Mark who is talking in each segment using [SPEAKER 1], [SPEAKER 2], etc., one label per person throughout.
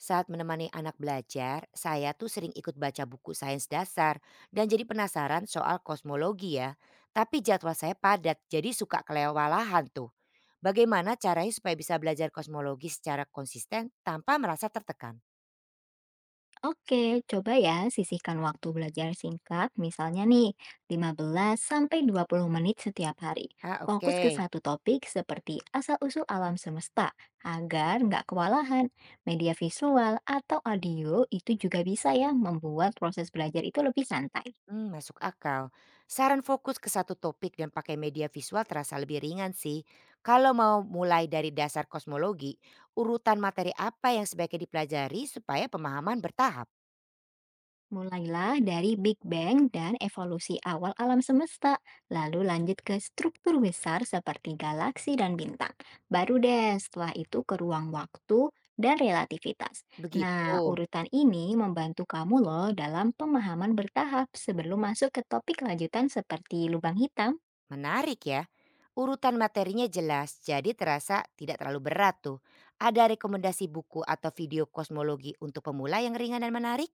[SPEAKER 1] Saat menemani anak belajar, saya tuh sering ikut baca buku sains dasar dan jadi penasaran soal kosmologi ya. Tapi jadwal saya padat, jadi suka kelewalahan tuh. Bagaimana caranya supaya bisa belajar kosmologi secara konsisten tanpa merasa tertekan?
[SPEAKER 2] Oke, coba ya sisihkan waktu belajar singkat, misalnya nih 15 sampai 20 menit setiap hari.
[SPEAKER 1] Ah,
[SPEAKER 2] Fokus ke
[SPEAKER 1] oke.
[SPEAKER 2] satu topik seperti asal-usul alam semesta, agar nggak kewalahan. Media visual atau audio itu juga bisa ya membuat proses belajar itu lebih santai.
[SPEAKER 1] Masuk akal. Saran fokus ke satu topik dan pakai media visual terasa lebih ringan sih. Kalau mau mulai dari dasar kosmologi, urutan materi apa yang sebaiknya dipelajari supaya pemahaman bertahap?
[SPEAKER 2] Mulailah dari Big Bang dan evolusi awal alam semesta, lalu lanjut ke struktur besar seperti galaksi dan bintang. Baru deh setelah itu ke ruang waktu dan relativitas. Nah,
[SPEAKER 1] Begitu.
[SPEAKER 2] urutan ini membantu kamu loh dalam pemahaman bertahap sebelum masuk ke topik lanjutan seperti lubang hitam.
[SPEAKER 1] Menarik ya. Urutan materinya jelas, jadi terasa tidak terlalu berat tuh. Ada rekomendasi buku atau video kosmologi untuk pemula yang ringan dan menarik?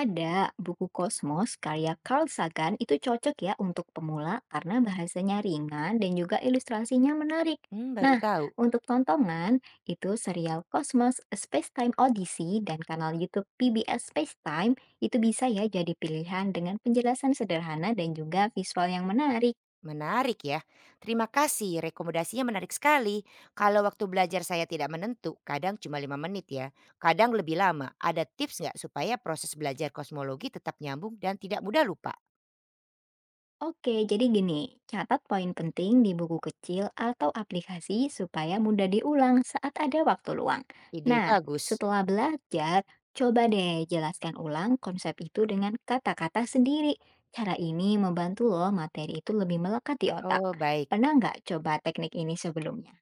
[SPEAKER 2] Ada, buku Kosmos karya Carl Sagan itu cocok ya untuk pemula karena bahasanya ringan dan juga ilustrasinya menarik.
[SPEAKER 1] Baru
[SPEAKER 2] Nah,
[SPEAKER 1] tahu.
[SPEAKER 2] untuk tontonan, itu serial Cosmos A Space Time Odyssey dan kanal YouTube PBS Space Time itu bisa ya jadi pilihan dengan penjelasan sederhana dan juga visual yang menarik.
[SPEAKER 1] Menarik ya. Terima kasih, rekomendasinya menarik sekali. Kalau waktu belajar saya tidak menentu, kadang cuma lima menit ya. Kadang lebih lama. Ada tips nggak supaya proses belajar kosmologi tetap nyambung dan tidak mudah lupa?
[SPEAKER 2] Oke, jadi gini, catat poin penting di buku kecil atau aplikasi supaya mudah diulang saat ada waktu luang.
[SPEAKER 1] Ide
[SPEAKER 2] Nah,
[SPEAKER 1] bagus.
[SPEAKER 2] setelah belajar, coba deh jelaskan ulang konsep itu dengan kata-kata sendiri. Cara ini membantu loh materi itu lebih melekat di otak.
[SPEAKER 1] Oh, baik.
[SPEAKER 2] Pernah nggak coba teknik ini sebelumnya?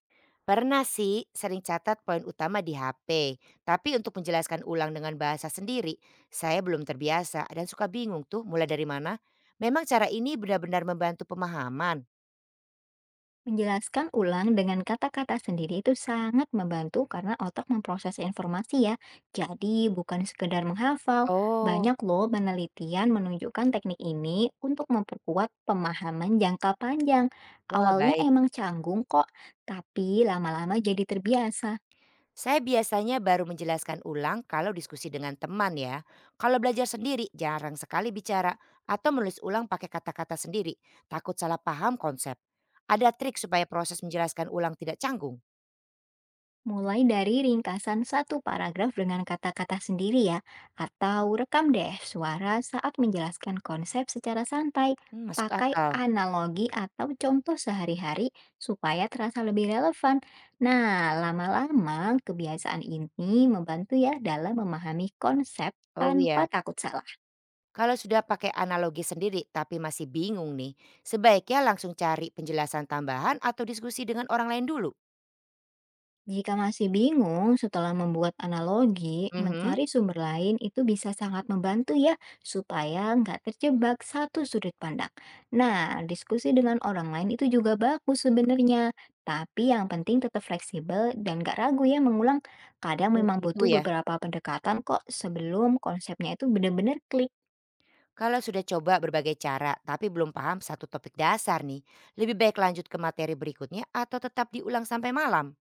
[SPEAKER 1] Pernah sih sering catat poin utama di HP, tapi untuk menjelaskan ulang dengan bahasa sendiri, saya belum terbiasa dan suka bingung tuh mulai dari mana. Memang cara ini benar-benar membantu pemahaman.
[SPEAKER 2] Menjelaskan ulang dengan kata-kata sendiri itu sangat membantu karena otak memproses informasi ya. Jadi bukan sekedar menghafal,
[SPEAKER 1] Oh,
[SPEAKER 2] banyak loh penelitian menunjukkan teknik ini untuk memperkuat pemahaman jangka panjang.
[SPEAKER 1] wah,
[SPEAKER 2] Awalnya
[SPEAKER 1] baik.
[SPEAKER 2] emang canggung kok, tapi lama-lama jadi terbiasa.
[SPEAKER 1] Saya biasanya baru menjelaskan ulang kalau diskusi dengan teman ya. Kalau belajar sendiri jarang sekali bicara atau menulis ulang pakai kata-kata sendiri, takut salah paham konsep. Ada trik supaya proses menjelaskan ulang tidak canggung?
[SPEAKER 2] Mulai dari ringkasan satu paragraf dengan kata-kata sendiri ya, atau rekam deh suara saat menjelaskan konsep secara santai.
[SPEAKER 1] Masuk
[SPEAKER 2] Pakai
[SPEAKER 1] akal.
[SPEAKER 2] analogi atau contoh sehari-hari supaya terasa lebih relevan. Nah, lama-lama kebiasaan ini membantu ya dalam memahami konsep
[SPEAKER 1] Oh iya.
[SPEAKER 2] tanpa takut salah.
[SPEAKER 1] Kalau sudah pakai analogi sendiri tapi masih bingung nih, sebaiknya langsung cari penjelasan tambahan atau diskusi dengan orang lain dulu?
[SPEAKER 2] Jika masih bingung setelah membuat analogi,
[SPEAKER 1] Mhm,
[SPEAKER 2] mencari sumber lain itu bisa sangat membantu ya, supaya nggak terjebak satu sudut pandang. Nah, diskusi dengan orang lain itu juga bagus sebenarnya, tapi yang penting tetap fleksibel dan nggak ragu ya mengulang. Kadang memang
[SPEAKER 1] begitu
[SPEAKER 2] butuh
[SPEAKER 1] ya.
[SPEAKER 2] beberapa pendekatan kok sebelum konsepnya itu benar-benar clear.
[SPEAKER 1] Kalau sudah coba berbagai cara tapi belum paham satu topik dasar nih, lebih baik lanjut ke materi berikutnya atau tetap diulang sampai malam?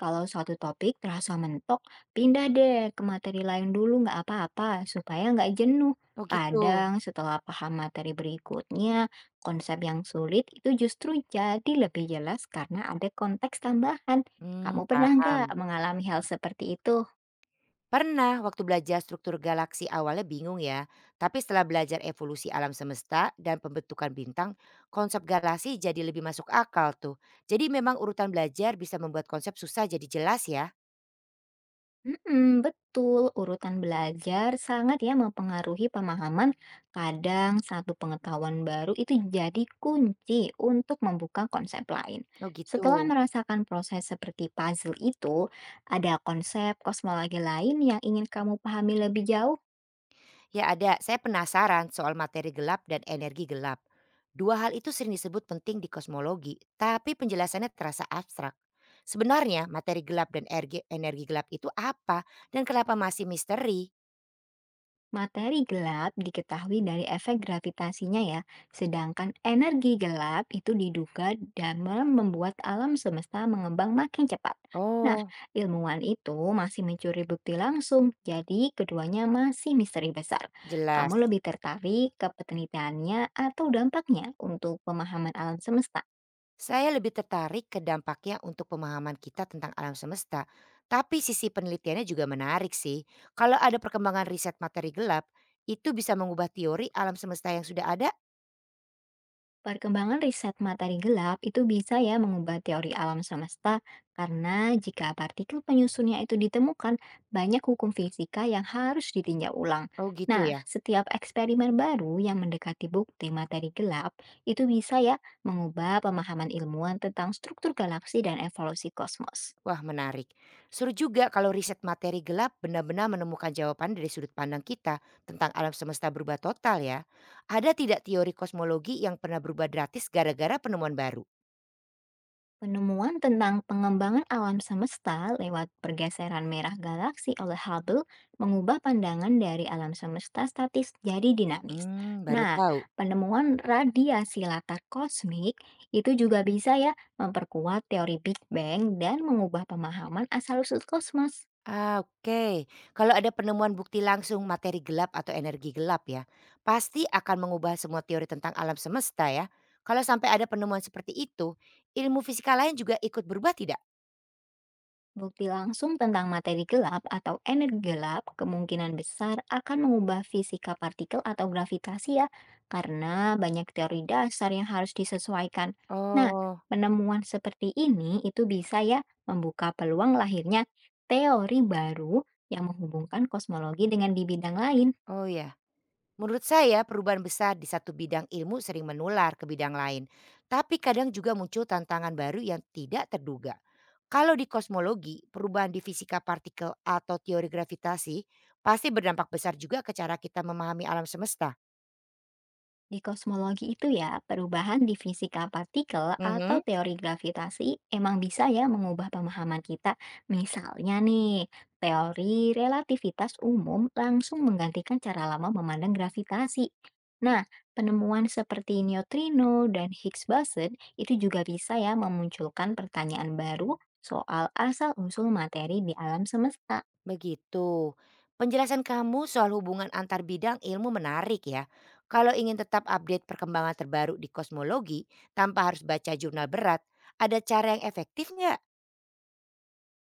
[SPEAKER 2] Kalau suatu topik terasa mentok, pindah deh ke materi lain dulu nggak apa-apa, supaya nggak jenuh.
[SPEAKER 1] Oh gitu.
[SPEAKER 2] Kadang setelah paham materi berikutnya, konsep yang sulit itu justru jadi lebih jelas karena ada konteks tambahan. Kamu pernah nggak
[SPEAKER 1] Paham.
[SPEAKER 2] mengalami hal seperti itu?
[SPEAKER 1] Pernah, waktu belajar struktur galaksi awalnya bingung ya, tapi setelah belajar evolusi alam semesta dan pembentukan bintang, konsep galaksi jadi lebih masuk akal tuh. Jadi memang urutan belajar bisa membuat konsep susah jadi jelas ya.
[SPEAKER 2] Mhm, betul. Urutan belajar sangat ya mempengaruhi pemahaman. Kadang satu pengetahuan baru itu jadi kunci untuk membuka konsep lain.
[SPEAKER 1] Oh gitu.
[SPEAKER 2] Setelah merasakan proses seperti puzzle itu, ada konsep kosmologi lain yang ingin kamu pahami lebih jauh.
[SPEAKER 1] Ya ada, saya penasaran soal materi gelap dan energi gelap. Dua hal itu sering disebut penting di kosmologi, tapi penjelasannya terasa abstrak. Sebenarnya materi gelap dan energi gelap itu apa dan kenapa masih misteri?
[SPEAKER 2] Materi gelap diketahui dari efek gravitasinya ya, sedangkan energi gelap itu diduga dalam membuat alam semesta mengembang makin cepat. Nah,
[SPEAKER 1] Oh,
[SPEAKER 2] ilmuwan itu masih mencuri bukti langsung, jadi keduanya masih misteri besar.
[SPEAKER 1] jelas.
[SPEAKER 2] Kamu lebih tertarik ke penelitiannya atau dampaknya untuk pemahaman alam semesta?
[SPEAKER 1] Saya lebih tertarik ke dampaknya untuk pemahaman kita tentang alam semesta, tapi sisi penelitiannya juga menarik sih. Kalau ada perkembangan riset materi gelap, itu bisa mengubah teori alam semesta yang sudah ada?
[SPEAKER 2] Perkembangan riset materi gelap itu bisa ya mengubah teori alam semesta karena jika partikel penyusunnya itu ditemukan, banyak hukum fisika yang harus ditinjau ulang.
[SPEAKER 1] Oh gitu
[SPEAKER 2] Nah,
[SPEAKER 1] ya.
[SPEAKER 2] setiap eksperimen baru yang mendekati bukti materi gelap itu bisa ya mengubah pemahaman ilmuwan tentang struktur galaksi dan evolusi kosmos.
[SPEAKER 1] Wah menarik. Seru juga kalau riset materi gelap benar-benar menemukan jawaban dari sudut pandang kita tentang alam semesta berubah total ya. Ada tidak teori kosmologi yang pernah berubah gratis gara-gara penemuan baru?
[SPEAKER 2] Penemuan tentang pengembangan alam semesta lewat pergeseran merah galaksi oleh Hubble mengubah pandangan dari alam semesta statis jadi dinamis.
[SPEAKER 1] Baru
[SPEAKER 2] Nah,
[SPEAKER 1] tahu.
[SPEAKER 2] penemuan radiasi latar kosmik itu juga bisa ya memperkuat teori Big Bang dan mengubah pemahaman asal-usul kosmos.
[SPEAKER 1] Ah, oke. Kalau ada penemuan bukti langsung materi gelap atau energi gelap ya, pasti akan mengubah semua teori tentang alam semesta ya. Kalau sampai ada penemuan seperti itu, ilmu fisika lain juga ikut berubah tidak?
[SPEAKER 2] Bukti langsung tentang materi gelap atau energi gelap kemungkinan besar akan mengubah fisika partikel atau gravitasi ya, karena banyak teori dasar yang harus disesuaikan. Nah,
[SPEAKER 1] Oh,
[SPEAKER 2] penemuan seperti ini itu bisa ya membuka peluang lahirnya teori baru yang menghubungkan kosmologi dengan di bidang lain.
[SPEAKER 1] oh ya. Menurut saya perubahan besar di satu bidang ilmu sering menular ke bidang lain. Tapi kadang juga muncul tantangan baru yang tidak terduga. Kalau di kosmologi, perubahan di fisika partikel atau teori gravitasi pasti berdampak besar juga ke cara kita memahami alam semesta.
[SPEAKER 2] Di kosmologi itu ya, perubahan di fisika partikel atau
[SPEAKER 1] Mhm.
[SPEAKER 2] teori gravitasi emang bisa ya mengubah pemahaman kita. Misalnya nih, teori relativitas umum langsung menggantikan cara lama memandang gravitasi. Nah, penemuan seperti neutrino dan Higgs boson itu juga bisa ya memunculkan pertanyaan baru soal asal-usul materi di alam semesta.
[SPEAKER 1] Begitu. Penjelasan kamu soal hubungan antar bidang ilmu menarik ya. Kalau ingin tetap update perkembangan terbaru di kosmologi tanpa harus baca jurnal berat, ada cara yang efektif nggak?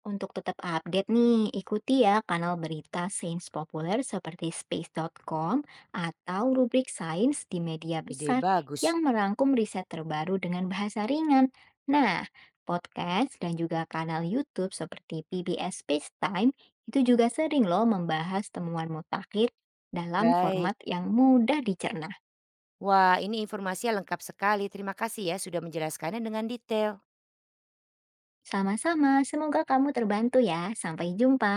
[SPEAKER 2] Untuk tetap update nih, ikuti ya kanal berita sains populer seperti space.com atau rubrik sains di media
[SPEAKER 1] Ide
[SPEAKER 2] besar
[SPEAKER 1] bagus.
[SPEAKER 2] yang merangkum riset terbaru dengan bahasa ringan. Nah, podcast dan juga kanal YouTube seperti PBS Time itu juga sering loh membahas temuan mutakhir dalam
[SPEAKER 1] Baik.
[SPEAKER 2] format yang mudah dicerna.
[SPEAKER 1] Wah, ini informasinya lengkap sekali. Terima kasih ya sudah menjelaskannya dengan detail.
[SPEAKER 2] Sama-sama, semoga kamu terbantu ya. Sampai jumpa.